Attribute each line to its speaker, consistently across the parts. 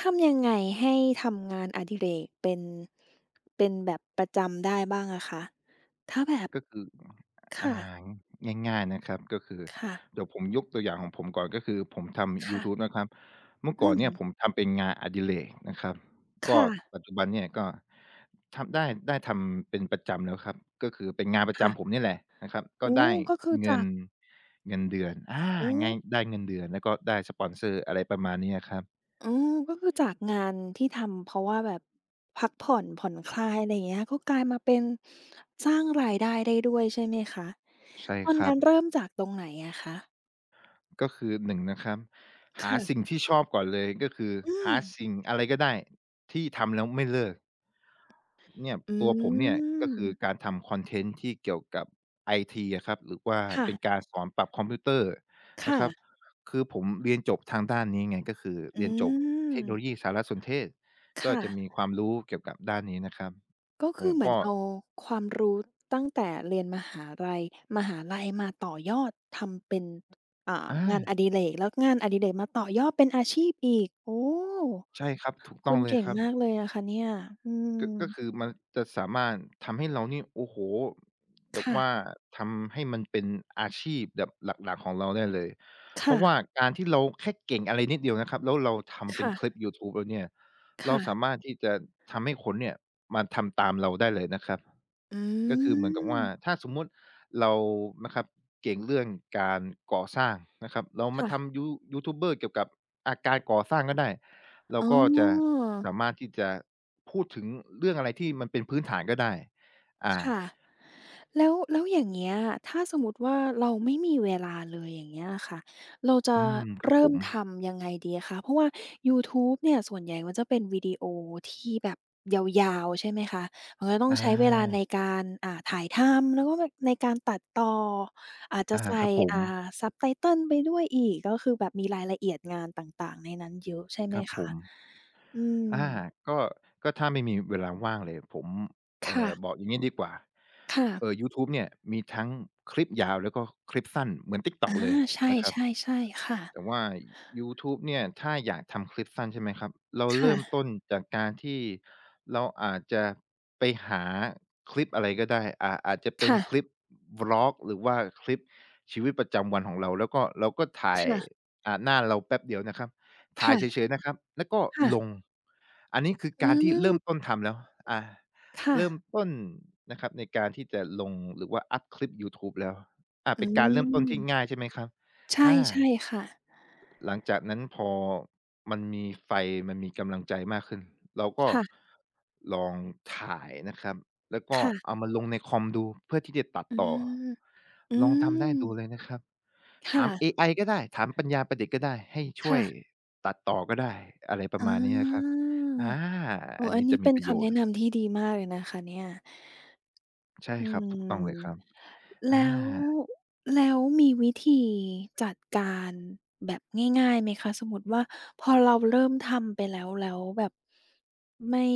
Speaker 1: ทำยังไงให้ทำงานอดิเรกเป็นเป็นแบบประจำได้บ้างอะคะถ้าแบบ
Speaker 2: ก็คือ
Speaker 1: ค่ะ
Speaker 2: ง่ายๆนะครับก็คือ
Speaker 1: ค่ะ
Speaker 2: เดี๋ยวผมยกตัวอย่างของผมก่อนก็คือผมทำยู
Speaker 1: ค่ะ
Speaker 2: ทูบนะครับเมื่อ
Speaker 1: อื
Speaker 2: ก่อนเนี่ยผม
Speaker 1: ม
Speaker 2: ทำเป็นงานอดิเรกนะครับก็
Speaker 1: ค่ะ
Speaker 2: ปัจจุบันเนี่ยก็ทำได้ได้ทำเป็นประจำแล้วครับก็คือเป็นงานประ
Speaker 1: ค่ะ
Speaker 2: จำผมเนี่ยแหละนะครับก็
Speaker 1: โอ้
Speaker 2: ได้
Speaker 1: ก็คือ
Speaker 2: เงิ
Speaker 1: จา
Speaker 2: น
Speaker 1: ก
Speaker 2: เงินเดือนอา
Speaker 1: โอ้
Speaker 2: ไงได้เงินเดือนแล้วก็ได้สปอนเซอร์อะไรประมาณนี้อะครับ
Speaker 1: อ๋อก็คือจากงานที่ทำเพราะว่าแบบพักผ่อนผ่อนคลายอะไรอย่างเงี้ยก็กลายมาเป็นสร้างรายได้ได้ด้วยใช่ไหมคะ
Speaker 2: ใช่
Speaker 1: ตอน
Speaker 2: ครั
Speaker 1: นั้
Speaker 2: บ
Speaker 1: นเริ่มจากตรงไหนอะคะ
Speaker 2: ก็คือหนงนะครับหาสิ่ง
Speaker 1: ค่ะ
Speaker 2: ที่ชอบก่อนเลยก็คือ
Speaker 1: อื
Speaker 2: หา
Speaker 1: ม
Speaker 2: สิ่งอะไรก็ได้ที่ทำแล้วไม่เลิกเนี่ย
Speaker 1: อื
Speaker 2: ตัวผมเนี่ยก็คือกา
Speaker 1: ม
Speaker 2: รทำคอนเทนต์ที่เกี่ยวกับไอทีอะครับหรือว่า
Speaker 1: ค่ะ
Speaker 2: เป็นการสอนปรับคอมพิวเตอร์นะ
Speaker 1: ค่ะ
Speaker 2: ครับคือผมเรียนจบทางด้านนี้ไงก็คือ
Speaker 1: อื
Speaker 2: เรียนจบเทคโนโลยี
Speaker 1: ม
Speaker 2: สารสนเทศก็
Speaker 1: ค่ะ
Speaker 2: จะมีความรู้เกี่ยวกับด้านนี้นะครับ
Speaker 1: ก็
Speaker 2: ผ
Speaker 1: คือ
Speaker 2: ม
Speaker 1: เหมือน
Speaker 2: ก็
Speaker 1: เอาความรู้ตั้งแต่เรียนมหาลัยมหาลัยมาต่อยอดทำเป็น
Speaker 2: อา
Speaker 1: งานอดิเรกแล้วงานอดิเรกมาต่อยอดเป็นอาชีพอีกโอ้
Speaker 2: ใช่ครับถูกต้
Speaker 1: คุ
Speaker 2: อง
Speaker 1: ณ
Speaker 2: เลย
Speaker 1: เก่ง
Speaker 2: ครับ
Speaker 1: มากเลยนะคะเนี่ยอื
Speaker 2: ก็
Speaker 1: ม
Speaker 2: ก็คือมันจะสามารถทำให้เรานี่โอ้โฮเรียกว่า
Speaker 1: ค่ะ
Speaker 2: ทำให้มันเป็นอาชีพแบบหลักๆของเราได้เลย เพราะว่า
Speaker 1: ค่ะ
Speaker 2: การที่เราแค่เก่งอะไรนิดเดียวนะครับแล้วเราทำเป็น
Speaker 1: ค่ะ
Speaker 2: คลิปยูทูบแล้วเนี่ยเรา
Speaker 1: ค่ะ
Speaker 2: สามารถที่จะทำให้คนเนี่ยมาทำตามเราได้เลยนะครับ ก็
Speaker 1: อื
Speaker 2: คือเหมือนกับว่า
Speaker 1: ม
Speaker 2: ถ้าสมมุติเรานะครับเก่งเรื่องการก่อสร้างนะครับเรามา
Speaker 1: ค่ะ
Speaker 2: ทำยูทูบเบอร์เกี่ยวกับอาการก่อสร้างก็ได้เรา
Speaker 1: อ๋
Speaker 2: ก็จะ
Speaker 1: อ
Speaker 2: สามารถที่จะพูดถึงเรื่องอะไรที่มันเป็นพื้นฐานก็ได้อ่า
Speaker 1: ค่ะแล้วแล้วอย่างเงี้ยถ้าสมมุติว่าเราไม่มีเวลาเลยอย่างเงี้ยค่ะเราจะ
Speaker 2: อืมครับผ
Speaker 1: เริ่ม
Speaker 2: ม
Speaker 1: ทำยังไงดีคะเพราะว่ายูทูบเนี่ยส่วนใหญ่มันจะเป็นวิดีโอที่แบบยาวๆใช่ไหมคะมันก็ต้อง
Speaker 2: อา
Speaker 1: ใช้เวลาในการถ่ายทำแล้วก็แบบในการตัดต่ออาจจะ
Speaker 2: อา
Speaker 1: ใส่
Speaker 2: ครับผม
Speaker 1: อ่า Subtitle ไปด้วยอีกก็คือแบบมีรายละเอียดงานต่างๆในนั้นเยอะใช่ไห
Speaker 2: ค
Speaker 1: ม
Speaker 2: รับผ
Speaker 1: คะ
Speaker 2: ม
Speaker 1: อืม
Speaker 2: อาก็ก็ถ้าไม่มีเวลาว่างเลยผม
Speaker 1: ค่ะ
Speaker 2: บอกอย่างงี้ดีกว่า
Speaker 1: ค่ะ
Speaker 2: ยูทูบเนี่ยมีทั้งคลิปยาวแล้วก็คลิปสั้นเหมือน
Speaker 1: อา
Speaker 2: TikTok เลย
Speaker 1: ใช
Speaker 2: นะครับ
Speaker 1: ่ๆๆค่ะ
Speaker 2: แต่ว่ายูทูบเนี่ยถ้าอยากทำคลิปสั้นใช่ไหมครับเราเริ่ม
Speaker 1: ค่ะ
Speaker 2: ต้นจากการที่เราอาจจะไปหาคลิปอะไรก็ได้อาจจะเป็น
Speaker 1: ค่ะ
Speaker 2: คลิป Vlog หรือว่าคลิปชีวิตประจำวันของเราแล้วก็เราก็ถ่าย
Speaker 1: ค่ะ
Speaker 2: หน้าเราแป๊บเดียวนะครับถ่ายเฉ
Speaker 1: ค่ะ
Speaker 2: ยๆนะครับแล้วก็
Speaker 1: ค่ะ
Speaker 2: ลงอันนี้คือ
Speaker 1: อื
Speaker 2: การที่เริ่ม
Speaker 1: ม
Speaker 2: ต้นทำแล้วอ่า
Speaker 1: ค่ะ
Speaker 2: เริ่มต้นนะครับในการที่จะลงหรือว่าอัปคลิปยูทูบแล้ว
Speaker 1: อื
Speaker 2: เป็นการเริ่มต้นที่ง่า
Speaker 1: ม
Speaker 2: ยใช่ไหมครับ
Speaker 1: ใช่
Speaker 2: อา
Speaker 1: ใช่ ค่ะ
Speaker 2: หลังจากนั้นพอมันมีไฟมันมีกำลังใจมากขึ้นเราก็
Speaker 1: ค่ะ
Speaker 2: ลองถ่ายนะครับแล้วก็
Speaker 1: ค่ะ
Speaker 2: เอามาลงในคอมดูเพื่อที่จะตัด
Speaker 1: อื
Speaker 2: ต่อ
Speaker 1: มอื
Speaker 2: ลองทำได้
Speaker 1: ม
Speaker 2: ดูเลยนะครับถามเอ
Speaker 1: ค่ะ
Speaker 2: ไอก็ได้ถามปัญญาประดิษฐ์ก็ได้ให้ช่ว
Speaker 1: ค่ะ
Speaker 2: ยตัดต่อก็ได้อะไรประ
Speaker 1: อา
Speaker 2: มาณนี้นะครับอา
Speaker 1: โอ้
Speaker 2: อัน
Speaker 1: อั
Speaker 2: นี้
Speaker 1: นนี้
Speaker 2: จะมี
Speaker 1: เป็น
Speaker 2: ประโย
Speaker 1: คำ
Speaker 2: ช
Speaker 1: แนะ
Speaker 2: น์
Speaker 1: นำที่ดีมากเลยนะคะเนี่ย
Speaker 2: ใช่
Speaker 1: อื
Speaker 2: ครับถูกต้องเลยค
Speaker 1: ม
Speaker 2: รับอา
Speaker 1: แล้วแล้วมีวิธีจัดการแบบง่ายๆไหมคะสมมุติว่าพอเราเริ่มทำไปแล้วแล้วแบบไม่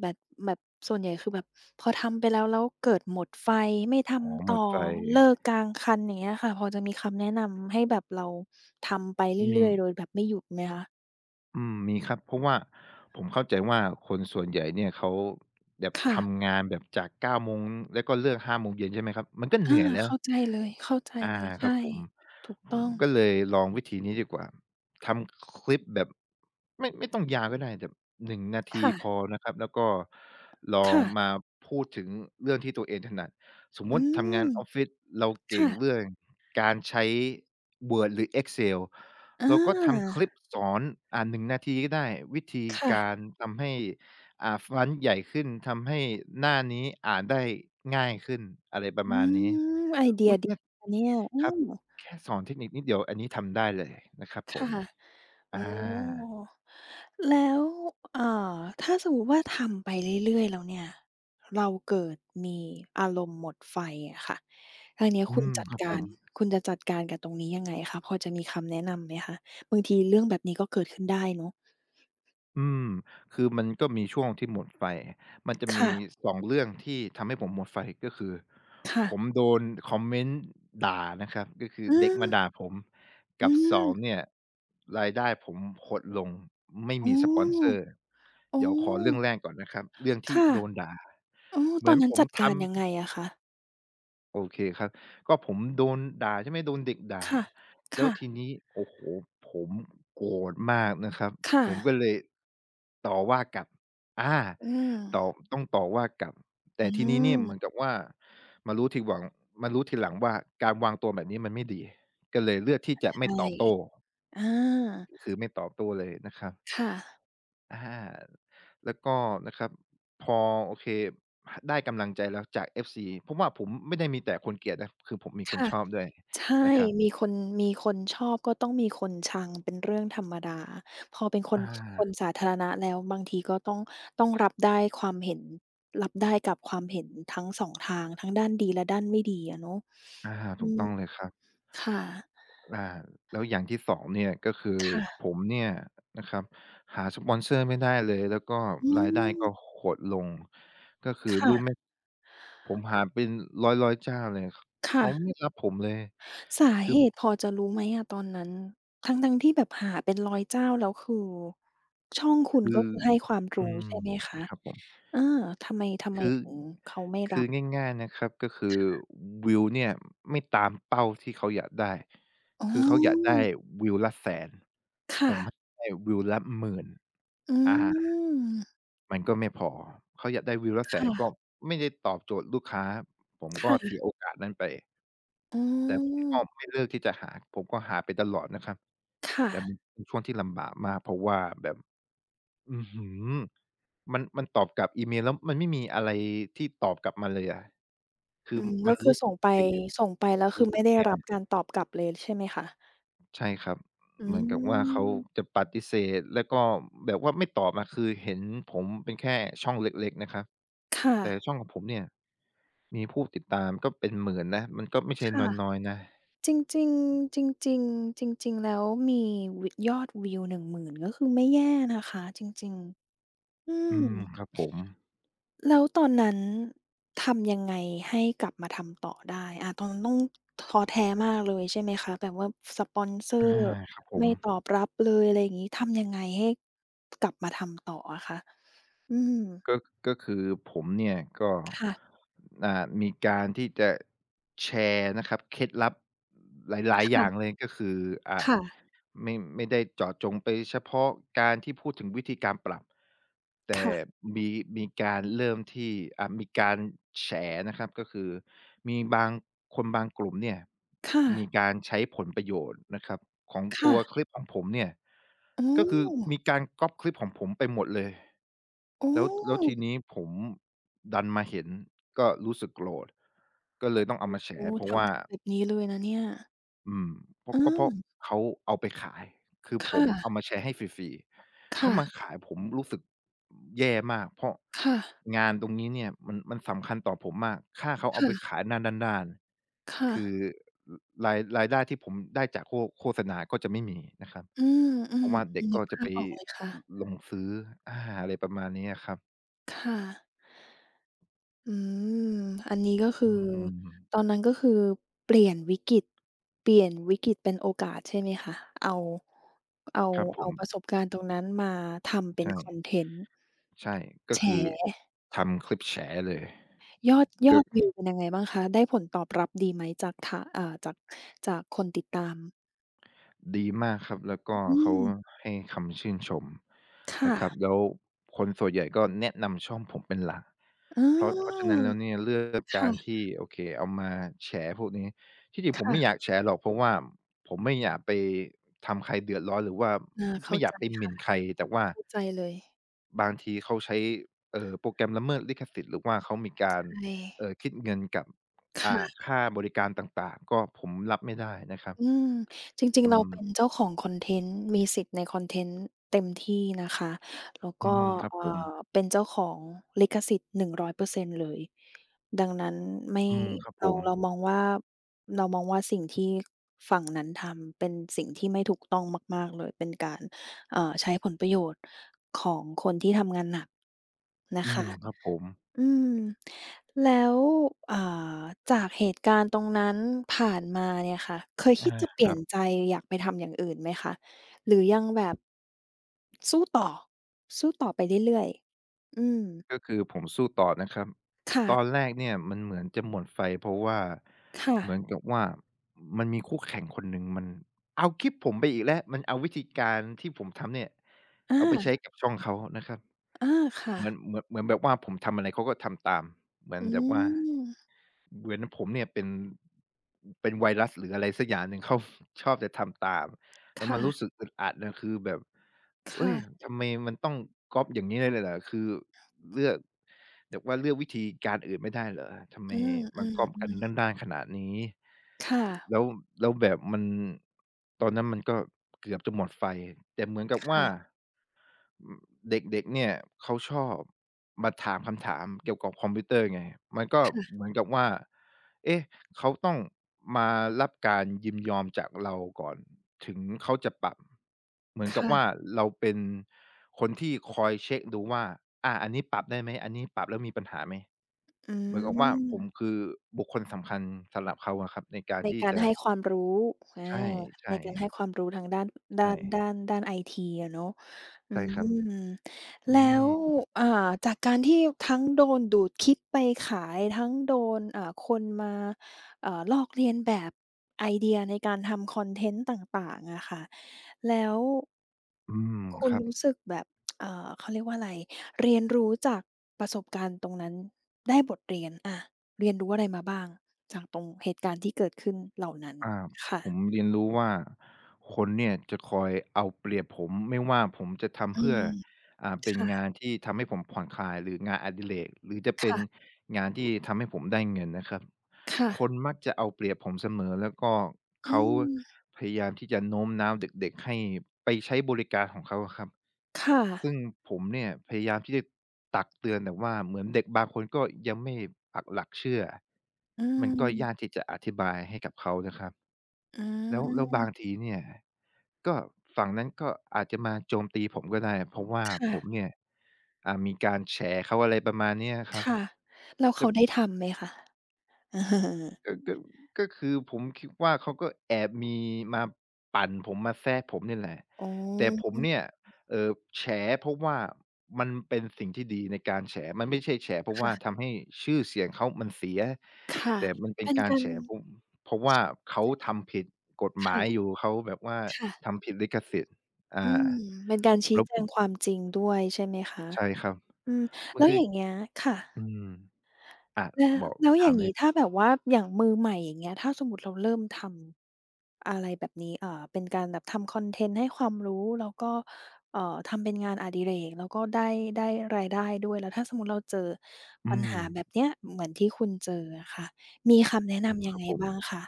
Speaker 1: แบบแบบส่วนใหญ่คือแบบพอทำไปแล้วแล้วเกิดหมดไฟไม่
Speaker 2: อ๋อ
Speaker 1: ทำ
Speaker 2: หมด
Speaker 1: ต่อ
Speaker 2: ไฟ
Speaker 1: เลิกกลางคันอย่างเงี้ยค่ะพอจะมีคำแนะนำให้แบบเราทำไปเ
Speaker 2: มี
Speaker 1: รื่อยๆโดยแบบไม่หยุดไหมคะ
Speaker 2: มีครับเพราะว่าผมเข้าใจว่าคนส่วนใหญ่เนี่ยเขาแบบ
Speaker 1: ค่ะ
Speaker 2: ทำงานแบบจาก9โมงแล้วก็เลิก5โมงเย็นใช่ไหมครับมันก็เห
Speaker 1: อา
Speaker 2: นื่อยแล้ว
Speaker 1: เข้าใจเลยเข้าใจ
Speaker 2: อา
Speaker 1: เลย
Speaker 2: ครับ
Speaker 1: ใช่
Speaker 2: ผม
Speaker 1: ถูก
Speaker 2: ผ
Speaker 1: ต้
Speaker 2: ม
Speaker 1: อง
Speaker 2: ก็เลยลองวิธีนี้ดีกว่าทำคลิปแบบไม่ต้องยาวก็ได้แบบ1นาที
Speaker 1: ค่ะ
Speaker 2: พอนะครับแล้วก็ลอง
Speaker 1: ค่ะ
Speaker 2: มาพูดถึงเรื่องที่ตัวเองถนัดสมมุ
Speaker 1: อื
Speaker 2: ติทำงา
Speaker 1: ม
Speaker 2: นออฟฟิศเราเก่งเรื่
Speaker 1: ค่ะ
Speaker 2: องการใช้ Word หรือ Excel
Speaker 1: อ
Speaker 2: เราก็ทำค
Speaker 1: า
Speaker 2: ลิปสอน1นาทีก็ได้วิธี
Speaker 1: ค่ะ
Speaker 2: การทำให้ฟอนต์ใหญ่ขึ้นทำให้หน้านี้อ่านได้ง่ายขึ้นอะไรประ
Speaker 1: อื
Speaker 2: มาณนี้
Speaker 1: มไอเดีย
Speaker 2: อุ๊ย
Speaker 1: ดี
Speaker 2: เนี่ย
Speaker 1: นะเนี่ยอื
Speaker 2: ครับ
Speaker 1: ม
Speaker 2: แค่สอนเทคนิคนิดเดียวอันนี้ทำได้เลยนะครับผ
Speaker 1: ค่ะ
Speaker 2: ม
Speaker 1: อ๋อ
Speaker 2: อา
Speaker 1: แล้วเอ่อถ้าสมมุติว่าทำไปเรื่อยๆแล้วเนี่ย เราเกิดมีอารมณ์หมดไฟอะค่ะทางเนี้ย
Speaker 2: อื
Speaker 1: คุณ
Speaker 2: ม
Speaker 1: จัด
Speaker 2: ครับผ
Speaker 1: การ
Speaker 2: ม
Speaker 1: คุณจะจัดการกับตรงนี้ยังไงคะพอจะมีคำแนะนำไหมคะบางทีเรื่องแบบนี้ก็เกิดขึ้นได้เนาะ
Speaker 2: อืมคือมันก็มีช่วงที่หมดไฟมันจะมี
Speaker 1: ค่ะ
Speaker 2: สองเรื่องที่ทำให้ผมหมดไฟก็คือ
Speaker 1: ค่ะ
Speaker 2: ผมโดนคอมเมนต์ด่านะครับก็คือ
Speaker 1: อื
Speaker 2: เด็กมา
Speaker 1: ม
Speaker 2: ด่าผม
Speaker 1: อื
Speaker 2: กับ
Speaker 1: ม
Speaker 2: 2เนี่ยรายได้ผมหดลงไม่
Speaker 1: อ๋
Speaker 2: มีสปอนเซอ
Speaker 1: อ
Speaker 2: ร์
Speaker 1: อ๋อ
Speaker 2: เดี๋ยวขอเรื่องแรกก่อนนะครับเรื่องที่
Speaker 1: ค่ะ
Speaker 2: โดนด่า
Speaker 1: อ๋อ
Speaker 2: เห
Speaker 1: ต
Speaker 2: มื
Speaker 1: อ
Speaker 2: อ
Speaker 1: น
Speaker 2: น
Speaker 1: นั้
Speaker 2: ผ
Speaker 1: น
Speaker 2: ม
Speaker 1: จัด
Speaker 2: ทำ
Speaker 1: การยังไงอะคะ
Speaker 2: โอเคครับก็ผมโดนด่าใช่ไหมโดนเด็กด่า
Speaker 1: ค่ะ
Speaker 2: แล้ว
Speaker 1: ค่ะ
Speaker 2: ทีนี้โอ้โฮผมโกรธมากนะครับ
Speaker 1: ค่ะ
Speaker 2: ผมก็เลยต่อว่ากลับอา
Speaker 1: อืม
Speaker 2: ต่อต้องต่อว่ากลับ
Speaker 1: อื
Speaker 2: แต่ทีนี้เนี่ย
Speaker 1: ม
Speaker 2: เหมือนกับว่ามารู้ทีหวังมารู้ทีหลังว่าการวางตัวแบบนี้มันไม่ดีก็เลยเลือกที่จะไม่
Speaker 1: ใช่
Speaker 2: ตอบโต้
Speaker 1: อา
Speaker 2: คือไม่ตอบโต้เลยนะครับ
Speaker 1: ค่ะ
Speaker 2: อาแล้วก็นะครับพอโอเคได้กำลังใจแล้วจาก FC เพราะว่าผมไม่ได้มีแต่คนเกลียดนะคือผมมีคน
Speaker 1: ค่ะ
Speaker 2: ชอบด้วย
Speaker 1: ใช่
Speaker 2: นะครับ
Speaker 1: มีคนมีคนชอบก็ต้องมีคนชังเป็นเรื่องธรรมดา พอเป็นคน
Speaker 2: อา
Speaker 1: คนสาธารณะแล้วบางทีก็ต้องต้องรับได้ความเห็นรับได้กับความเห็นทั้งสองทางทั้งด้านดีและด้านไม่ดีอะเนาะ
Speaker 2: อา
Speaker 1: อื
Speaker 2: ถูก
Speaker 1: ม
Speaker 2: ต้องเลยครับ
Speaker 1: ค่ะ
Speaker 2: อ่าแล้วอย่างที่2เนี่ยก็คือผ
Speaker 1: ค่ะ
Speaker 2: มเนี่ยนะครับหาสปอนเซอร์ไม่ได้เลยแล้วก็
Speaker 1: อื
Speaker 2: รายได้ก็
Speaker 1: ม
Speaker 2: หดลงก็คือรู้ไหม
Speaker 1: ค่ะ
Speaker 2: ผมหาเป็นร้อยๆเจ้าเลย
Speaker 1: ค่ะ
Speaker 2: เขาไม่รับผมเลย
Speaker 1: สาเหตุพอจะรู้ไหมอะตอนนั้นทั้งๆที่แบบหาเป็นร้อยเจ้าแล้วคือช่องคุณ
Speaker 2: คื
Speaker 1: ก็
Speaker 2: อ
Speaker 1: คือให้ความ
Speaker 2: อื
Speaker 1: รู้
Speaker 2: ม
Speaker 1: ใช่ไหมคะ
Speaker 2: ครับผม
Speaker 1: เออทำไม
Speaker 2: คือ
Speaker 1: ถึงเขาไม่รั
Speaker 2: คือ
Speaker 1: บ
Speaker 2: ง่ายๆนะครับก็คือวิวเนี่ยไม่ตามเป้าที่เขาอยากได้
Speaker 1: อ๋
Speaker 2: คือเขาอยาก
Speaker 1: อ
Speaker 2: ได้วิวละแสน
Speaker 1: ค
Speaker 2: ผมใ
Speaker 1: ่ะ
Speaker 2: ห้วิวละหมื่น
Speaker 1: อื
Speaker 2: อา
Speaker 1: ม
Speaker 2: มันก็ไม่พอเขาอยากได้วิวละแสนก็
Speaker 1: ค่ะ
Speaker 2: ไม่ได้ตอบโจทย์ลูกค้าผมก็เสี
Speaker 1: ค่ะ
Speaker 2: ยโอกาสนั้นไป
Speaker 1: อื
Speaker 2: แต่ผมก็
Speaker 1: ม
Speaker 2: ไม่เลิกที่จะหาผมก็หาไปตลอดนะครับ
Speaker 1: ค
Speaker 2: แต่มัน
Speaker 1: ่ะ
Speaker 2: เป็นช่วงที่ลำบากมากเพราะว่าแบบอื้อฮือ มันตอบกลับอีเมลแล้วมันไม่มีอะไรที่ตอบกลับมาเลยอะคือ
Speaker 1: อืม
Speaker 2: มั
Speaker 1: ก็
Speaker 2: น
Speaker 1: คือ
Speaker 2: รู้สึก
Speaker 1: ส่งไป
Speaker 2: เสพ
Speaker 1: ส่งไปแล้วคื
Speaker 2: รู้
Speaker 1: อ
Speaker 2: สึ
Speaker 1: ไม่
Speaker 2: ก
Speaker 1: ได้
Speaker 2: แย่
Speaker 1: รับการตอบกลับเลยใช่ไหมคะ
Speaker 2: ใช่ครับ
Speaker 1: อื
Speaker 2: เหมือนกับว่าเขา
Speaker 1: ม
Speaker 2: จะปฏิเสธแล้วก็แบบว่าไม่ตอบอะคือเห็นผมเป็นแค่ช่องเล็กๆนะครับ
Speaker 1: ค่ะ
Speaker 2: แต่ช่องของผมเนี่ยมีผู้ติดตามก็เป็นหมื่นนะมันก็ไม่
Speaker 1: ค
Speaker 2: ใช่น้อย
Speaker 1: ่ะ
Speaker 2: ๆนะ
Speaker 1: จริงๆจริงๆจริงๆแล้วมีวยอดวิวห0 0่งหมื่นก็คือไม่แย่นะคะจริงๆอื
Speaker 2: อื
Speaker 1: ม
Speaker 2: มครับผม
Speaker 1: แล้วตอนนั้นทำยังไงให้กลับมาทำต่อได้อาตอนนั้นต้องท้อแท้มากเลยใช่ไหมคะแบบว่าสปอนเซอ
Speaker 2: อา
Speaker 1: ร์
Speaker 2: ครับผม
Speaker 1: ไม่ตอบรับเลยอะไรอย่างงี้ทำยังไงให้กลับมาทำต่ออะคะอืม
Speaker 2: ก็ก็คือผมเนี่ยก็
Speaker 1: ค่ะ
Speaker 2: อ่ามีการที่จะแชร์นะครับเคล็ดลับหลายๆอย่างเล
Speaker 1: ค่ะ
Speaker 2: ยก็คืออ่า
Speaker 1: ค่ะ
Speaker 2: ไม่ได้เจาะจงไปเฉพาะการที่พูดถึงวิธีการปรับแต่
Speaker 1: ค่ะ
Speaker 2: มีมีการเริ่มที่มีการแฉนะครับก็คือมีบางคนบางกลุ่มเนี่ย
Speaker 1: ค่ะ
Speaker 2: มีการใช้ผลประโยชน์นะครับของตัวค
Speaker 1: ค่ะ
Speaker 2: ลิปของผมเนี่ย
Speaker 1: โอ้
Speaker 2: ก็คือมีการก๊อบคลิปของผมไปหมดเลย
Speaker 1: โอ้
Speaker 2: แล้วทีนี้ผมดันมาเห็นก็รู้สึกโกรธก็เลยต้องเอามาแฉ
Speaker 1: โอ้
Speaker 2: เพราะว่า
Speaker 1: ทำถึงแบบนี้เลยนะเนี่ย
Speaker 2: อืมเพราะ
Speaker 1: อื
Speaker 2: ก็เพ
Speaker 1: ม
Speaker 2: ราะเขาเอาไปขายคือผ
Speaker 1: ค่ะ
Speaker 2: มเอามาแชร์ให้ฟรีๆเขามา
Speaker 1: ค่ะ
Speaker 2: ขายผมรู้สึกแย่มากเพราะ
Speaker 1: ค่ะ
Speaker 2: งานตรงนี้เนี่ยมันสำคัญต่อผมมากถ้าเขาเอาไป
Speaker 1: ค่ะ
Speaker 2: ขายด้าน
Speaker 1: ค่ะ
Speaker 2: ๆคือรายได้ที่ผมได้จากโฆษณาก็จะไม่มีนะครับ
Speaker 1: อืมอื
Speaker 2: เพ
Speaker 1: ม
Speaker 2: ราะว่าเด็ก
Speaker 1: นึ
Speaker 2: ก็
Speaker 1: ก
Speaker 2: จะ
Speaker 1: ภา
Speaker 2: ไป
Speaker 1: พออกเลยค่ะ
Speaker 2: ลลงซื้ออะไรประมาณนี้อะครับ
Speaker 1: ค่ะอืมอันนี้ก็คื
Speaker 2: อื
Speaker 1: อ
Speaker 2: ม
Speaker 1: ตอนนั้นก็คือเปลี่ยนวิกฤตเปลี่ยนวิกฤตเป็นโอกาสใช่ไหมคะเอาเอา
Speaker 2: ครับผ
Speaker 1: เอา
Speaker 2: ม
Speaker 1: ประสบการณ์ตรงนั้นมาทำเป็น
Speaker 2: ใช่
Speaker 1: คอนเทนต์
Speaker 2: ใช่
Speaker 1: แ
Speaker 2: ก็คือ
Speaker 1: ฉ
Speaker 2: ทำคลิปแฉเลย
Speaker 1: ยอดย
Speaker 2: ก็
Speaker 1: อดวิวเป็นยังไงบ้างคะได้ผลตอบรับดีไหมจากทะจากจากคนติดตาม
Speaker 2: ดีมากครับแล้วก็
Speaker 1: อื
Speaker 2: เขา
Speaker 1: ม
Speaker 2: ให้คำชื่นชมนะ
Speaker 1: ค่ะ
Speaker 2: ครับแล้วคนส่วนใหญ่ก็แนะนำช่องผมเป็นหลัก
Speaker 1: อ๋
Speaker 2: เพราะฉะ
Speaker 1: อ
Speaker 2: นั้นแล้วเนี่ยเลือกการ
Speaker 1: ค่ะ
Speaker 2: ที่โอเคเอามาแฉพวกนี้ที่จริงผมไม่อยา
Speaker 1: ค่ะ
Speaker 2: กแฉหรอกเพราะว่าผมไม่อยากไปทำใครเดือดร้อนหรือว่า
Speaker 1: อาเข้า
Speaker 2: ไม่อยา
Speaker 1: ใจ
Speaker 2: กไปหมิ่
Speaker 1: ค่ะ
Speaker 2: นใครแต่ว่า
Speaker 1: เข้าใจเลย
Speaker 2: บางทีเขาใช้โปรแกรมละเมิดลิขสิทธิ์หรือว่าเขามีการ
Speaker 1: ใช่
Speaker 2: คิดเงินกับ
Speaker 1: ค่ะ
Speaker 2: ค่าบริการต่างๆก็ผมรับไม่ได้นะครับ
Speaker 1: อืมจริง
Speaker 2: อื
Speaker 1: ๆเรา
Speaker 2: ม
Speaker 1: เป็นเจ้าของคอนเทนต์มีสิทธิ์ในคอนเทนต์เต็มที่นะคะแล้ว
Speaker 2: อื
Speaker 1: ก็
Speaker 2: มครับ
Speaker 1: เอ่
Speaker 2: ผม
Speaker 1: เป็นเจ้าของลิขสิทธิ์100%เปอร์เซ็นต์เลยดังนั้นไม่
Speaker 2: อืมครับผ
Speaker 1: เรา
Speaker 2: ม
Speaker 1: เรามองว่าเรามองว่าสิ่งที่ฝั่งนั้นทำเป็นสิ่งที่ไม่ถูกต้องมากๆเลยเป็นการใช้ผลประโยชน์ของคนที่ทำงานหนักนะ
Speaker 2: อืม
Speaker 1: คะ
Speaker 2: ครับผม
Speaker 1: อืมแล้วอ่าจากเหตุการณ์ตรงนั้นผ่านมาเนี่ยค่ะเคย
Speaker 2: อา
Speaker 1: คิดจะเป
Speaker 2: ค
Speaker 1: ลี่
Speaker 2: รั
Speaker 1: ยนใจ
Speaker 2: บ
Speaker 1: อยากไปทำอย่างอื่นไหมคะหรือยังแบบสู้ต่อสู้ต่อไปเรื่อยๆอืม
Speaker 2: ก็คือผมสู้ต่อนะครับตอน
Speaker 1: ค่ะ
Speaker 2: แรกเนี่ยมันเหมือนจะหมดไฟเพราะว่า
Speaker 1: ค่ะ
Speaker 2: เหมือนกับว่ามันมีคู่แข่งคนหนึ่งมันเอาคลิปผมไปอีกแล้วมันเอาวิธีการที่ผมทำเนี่ย
Speaker 1: อา
Speaker 2: เอาไปใช้กับช่องเขานะครับ
Speaker 1: อาค่ะ
Speaker 2: เหมือนแบบว่าผมทำอะไรเขาก็ทำตามเหมือน
Speaker 1: อื
Speaker 2: แบบว่า
Speaker 1: ม
Speaker 2: เหมือนผมเนี่ยเป็นไวรัสหรืออะไรสักอย่างหนึ่ง เขาชอบจะทำตามแล้วมันรู้สึ
Speaker 1: ค่ะ
Speaker 2: กอึดอัดนะคือแบบเฮ้ย
Speaker 1: ค่ะ
Speaker 2: ทำไมมันต้องก๊อบอย่างนี้เลยเหรอคือเลือกแบบว่าเลือกวิธีการอื่นไม่ได้เหรอทำไม
Speaker 1: อื
Speaker 2: มันก๊อบกัน
Speaker 1: มๆ
Speaker 2: ด้านๆขนาดนี้
Speaker 1: ๆค่ะ
Speaker 2: แล้วแล้วแบบตอนนั้นมันก็เกือบจะหมดไฟแต่เหมือนกับว่า
Speaker 1: ค่ะ
Speaker 2: อืมเด็กๆเนี่ยเขาชอบ มาถามคำถามเกี่ยวกับคอมพิวเตอร์ไงมันก็เหมือนกับว่าเอ๊ะเขาต้องมารับการยินยอมจากเราก่อนถึงเขาจะปรับเหมือนกับว่า
Speaker 1: ค่ะ
Speaker 2: เราเป็นคนที่คอยเช็คดูว่าอันนี้ปรับได้ไหม อันนี้ปรับแล้วมีปัญหาไหม
Speaker 1: อื
Speaker 2: เหมือนกับว่า
Speaker 1: ม
Speaker 2: ผมคือบุคคลสำคัญสำหรับเขาอะครับในการ
Speaker 1: ใน
Speaker 2: ที่
Speaker 1: การ
Speaker 2: จะ
Speaker 1: ให้ความรู้
Speaker 2: ใช่
Speaker 1: อา
Speaker 2: ๆใช
Speaker 1: ในการให้ความรู้ทางด้านด้าน
Speaker 2: ่
Speaker 1: ด้านด้านไอทีอะเนาะอื
Speaker 2: ใช่ครับ
Speaker 1: ม
Speaker 2: อื
Speaker 1: แล้ว
Speaker 2: ม
Speaker 1: อ่าจากการที่ทั้งโดนดูดคิดไปขาย ทั้งโดนอ่าคนมาลอกเลียนแบบไอเดียในการทำคอนเทนต์ต่างๆอะค่ะแล้ว
Speaker 2: อืม
Speaker 1: คุ
Speaker 2: ค
Speaker 1: ณ
Speaker 2: รับ
Speaker 1: รู้สึกแบบเขาเรียกว่าอะไร เรียนรู้จากประสบการณ์ตรงนั้นได้บทเรียนอา เรียนรู้อะไรมาบ้างจากตรงเหตุการณ์ที่เกิดขึ้นเหล่านั้น
Speaker 2: อา
Speaker 1: ค่ะ
Speaker 2: ผมเรียนรู้ว่าคนเนี่ยจะคอยเอาเปรียบผมไม่ว่าผมจะ
Speaker 1: อื
Speaker 2: ทำเพื่อ
Speaker 1: ม
Speaker 2: เป็นงาน
Speaker 1: ค่ะ
Speaker 2: ที่ทำให้ผมผ่อนคลายหรืองานอดิเรกหรือจะเป็น
Speaker 1: ค่ะ
Speaker 2: งานที่ทำให้ผมได้เงินนะครับ
Speaker 1: ค่ะ
Speaker 2: คนมักจะเอาเปรียบผมเสมอแล้วก็
Speaker 1: อื
Speaker 2: เขา
Speaker 1: ม
Speaker 2: พยายามที่จะโน้มน้าวเด็กๆให้ไปใช้บริการของเขาอะครับ
Speaker 1: ค่ะ
Speaker 2: ซึ่งผมเนี่ยพยายามที่จะตักเตือนแต่ว่าเหมือนเด็กบางคนก็ยังไม่ปักหลักเชื่อ
Speaker 1: อื
Speaker 2: มันก็ยาก
Speaker 1: ม
Speaker 2: ที่จะอธิบายให้กับเขานะครับ
Speaker 1: อื
Speaker 2: แล้วบาง
Speaker 1: ม
Speaker 2: ทีเนี่ยก็ฝั่งนั้นก็อาจจะมาโจมตีผมก็ได้ เพราะว่าผม
Speaker 1: ค่ะ
Speaker 2: เนี่ยมีการแฉเขาอะไรประมาณเนี้ยครับ
Speaker 1: ค่ะแล้ว
Speaker 2: แต่
Speaker 1: เขาได้ทำไหมคะเออ
Speaker 2: ก็ก็ก็คือผมคิดว่าเขาก็แอบมีมาปั่นผมมาแซะผมนี่แหละ
Speaker 1: อ๋
Speaker 2: แต่ผม
Speaker 1: อ
Speaker 2: เนี่ยเอ่อแฉเพราะว่ามันเป็นสิ่งที่ดีในการแฉมันไม่ใช่แฉเพราะว่า
Speaker 1: ค่ะ
Speaker 2: ทำให้ชื่อเสียงเขามันเสีย
Speaker 1: ค่ะ
Speaker 2: แต่มันเป็น
Speaker 1: เป็น
Speaker 2: การ
Speaker 1: การ
Speaker 2: แฉเพราะเพราะว่า
Speaker 1: ชี้
Speaker 2: เขา
Speaker 1: แจง
Speaker 2: ทำผิดกฎหมาย
Speaker 1: ค่ะ
Speaker 2: อยู่เขาแบบว่า
Speaker 1: ค่ะ
Speaker 2: ทำผิดลิขสิทธิ์
Speaker 1: อื
Speaker 2: อ่า
Speaker 1: มเป็นการชี้
Speaker 2: แล้ว
Speaker 1: แจ
Speaker 2: ผ
Speaker 1: ง
Speaker 2: ม
Speaker 1: ความจริงด้วยใช่ไหมคะ
Speaker 2: ใช่ครับ
Speaker 1: อืม
Speaker 2: มั
Speaker 1: แล้
Speaker 2: น
Speaker 1: ว
Speaker 2: คื
Speaker 1: อ
Speaker 2: อ
Speaker 1: ย่างเงี้ยค่ะ
Speaker 2: อืมอา
Speaker 1: แล้ว
Speaker 2: บอก
Speaker 1: แล้วอ
Speaker 2: ถา
Speaker 1: ย่า
Speaker 2: ม
Speaker 1: ง
Speaker 2: เลย
Speaker 1: นี้
Speaker 2: ครั
Speaker 1: ถ้า
Speaker 2: บ
Speaker 1: แบบว่าอย่างมือใหม่อย่างเงี้ยถ้าสมมุติเราเริ่มทำอะไรแบบนี้เป็นการแบบทำคอนเทนต์ให้ความรู้แล้วก็เอ่อทำเป็นงานอดิเรกแล้วก็ได้ได้รายได้ด้วยแล้วถ้าสมมุติเราเจอ
Speaker 2: อื
Speaker 1: ปัญ
Speaker 2: ม
Speaker 1: หาแบบเนี้ยเหมือนที่คุณเจออะค่ะมีคำแนะ
Speaker 2: อืม
Speaker 1: นำยั
Speaker 2: ค
Speaker 1: ง
Speaker 2: รับ
Speaker 1: ไง
Speaker 2: ผม
Speaker 1: บ้างคะ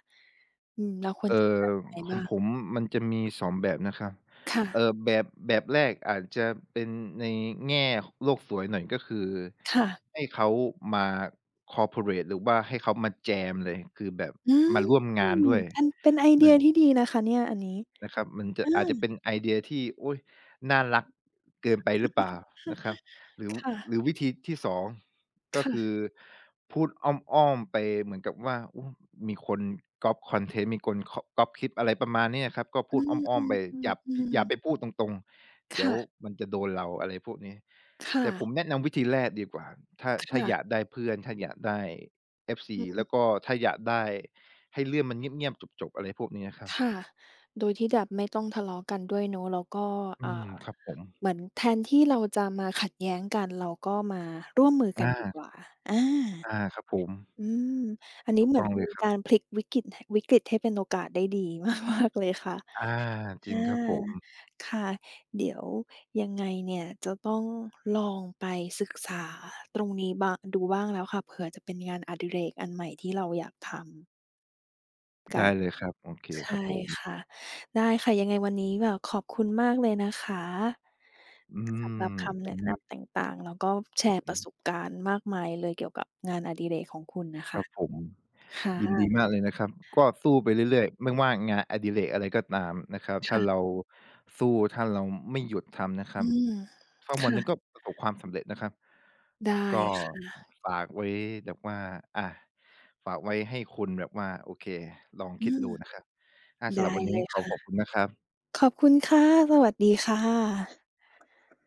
Speaker 1: อืมเราควร
Speaker 2: เอ่
Speaker 1: จัดกา
Speaker 2: อ
Speaker 1: รยังไง
Speaker 2: ขอ
Speaker 1: บ้า
Speaker 2: ง
Speaker 1: ง
Speaker 2: ผมมันจะมีสองแบบนะครับ
Speaker 1: ค่ะ
Speaker 2: แบบแรกอาจจะเป็นในแง่โลกสวยหน่อยก็คือ
Speaker 1: ค่ะ
Speaker 2: ให้เขามาคอร์ปอเรตหรือว่าให้เขามาแจมเลยคือแบบ
Speaker 1: อืม
Speaker 2: มาร่วมงานด้วย
Speaker 1: อันเป็นไอเดียที่ดีนะคะเนี่ยอันนี้
Speaker 2: นะครับมันจะ
Speaker 1: อา
Speaker 2: อาจจะเป็นไอเดียที่โอ๊ยน่ารักเกินไปหรือเปล่า
Speaker 1: ค่ะ
Speaker 2: นะครับหรือ
Speaker 1: ค่ะ
Speaker 2: วิธีที่สองก็คื
Speaker 1: ค่ะ
Speaker 2: อพูดอ้อมๆไปเหมือนกับว่าโอ้มีคนก๊อบคอนเทนต์มีคนคก๊อปคลิปอะไรประมาณเนี้ยครับก็
Speaker 1: อ
Speaker 2: พูดอ้อ
Speaker 1: ื
Speaker 2: มๆไปอย่า
Speaker 1: ม
Speaker 2: อย่า
Speaker 1: ๆ
Speaker 2: ไป
Speaker 1: ๆๆ
Speaker 2: พูดตรงๆเดี๋ยว
Speaker 1: ค่ะ
Speaker 2: มันจะโดนเราอะไรพวกนี้
Speaker 1: ค
Speaker 2: แต่ผม
Speaker 1: ่ะ
Speaker 2: แนะนำวิธีแรกดีกว่าถ้าอยาก
Speaker 1: ค่ะ
Speaker 2: ได้เพื่อนถ้าอยากได้ FC
Speaker 1: อื
Speaker 2: แล้
Speaker 1: ม
Speaker 2: วก็ถ้าอยากได้ให้เรื่องมันเงียบๆจบๆอะไรพวกนี้อะครับ
Speaker 1: ค่ะโดยที่แบบไม่ต้องทะเลาะกันด้วยเนาะแล้วก็
Speaker 2: อื
Speaker 1: อ่า
Speaker 2: มครับผม
Speaker 1: เหมือนแทนที่เราจะมาขัดแย้งกันเราก็มาร่วมมือกัน
Speaker 2: อา
Speaker 1: ดีกว่าอา
Speaker 2: อาครับผม
Speaker 1: อืมอันนี้
Speaker 2: ถูก
Speaker 1: เหมือ
Speaker 2: ต้
Speaker 1: น
Speaker 2: องเล
Speaker 1: เป็
Speaker 2: ย
Speaker 1: น
Speaker 2: ครั
Speaker 1: การ
Speaker 2: บ
Speaker 1: พลิกวิกฤตหวิกฤตให้เป็นโอกาสได้ดีมากๆเลยค่ะ
Speaker 2: อาจ
Speaker 1: อา
Speaker 2: ริงครับผม
Speaker 1: ค่ะเดี๋ยวยังไงเนี่ยจะต้องลองไปศึกษาตรงนี้บ้างดูบ้างแล้วค่ะเผื่อจะเป็นงานอดิเรกอันใหม่ที่เราอยากทำกั
Speaker 2: ได้
Speaker 1: น
Speaker 2: เลยครับโอเคค
Speaker 1: ใช่
Speaker 2: รับผม
Speaker 1: ค่ะได้ค่ะยังไงวันนี้แบบขอบคุณมากเลยนะคะ
Speaker 2: อื
Speaker 1: สำห
Speaker 2: ม
Speaker 1: รับ
Speaker 2: ผ
Speaker 1: คำ
Speaker 2: ม
Speaker 1: แนะนำต่างๆแล้วก็แช
Speaker 2: ผ
Speaker 1: ร์ป
Speaker 2: ม
Speaker 1: ระสบการณ์มากมายเลยเกี่ยวกับงานอดิเรกของคุณน่ะ
Speaker 2: ค
Speaker 1: ค่ะ
Speaker 2: รับผม
Speaker 1: ค่ะ
Speaker 2: ยินดีมากเลยนะครับก็สู้ไปเรื่อยๆไม่ว่างานอดิเรกอะไรก็ตามนะครับถ้า
Speaker 1: ค่ะ
Speaker 2: เราสู้ถ้าเราไม่หยุดทำนะค
Speaker 1: อื
Speaker 2: รับ
Speaker 1: ม
Speaker 2: สักวันหนึ่งก็
Speaker 1: ค่ะ
Speaker 2: ประสบความสำเร็จนะครับ
Speaker 1: ได้
Speaker 2: ก็
Speaker 1: ค่ะ
Speaker 2: ฝากไว้แบบว่าอาฝากไว้ให้คุณแบบว่าโอเคลอง
Speaker 1: อื
Speaker 2: คิดดู
Speaker 1: ม
Speaker 2: นะครับสำหรั
Speaker 1: ได้
Speaker 2: บวัน
Speaker 1: เล
Speaker 2: นี้
Speaker 1: ยค่ะ
Speaker 2: ขอบคุณนะครับ
Speaker 1: ขอบคุณค่ะสวัสดีค่ะ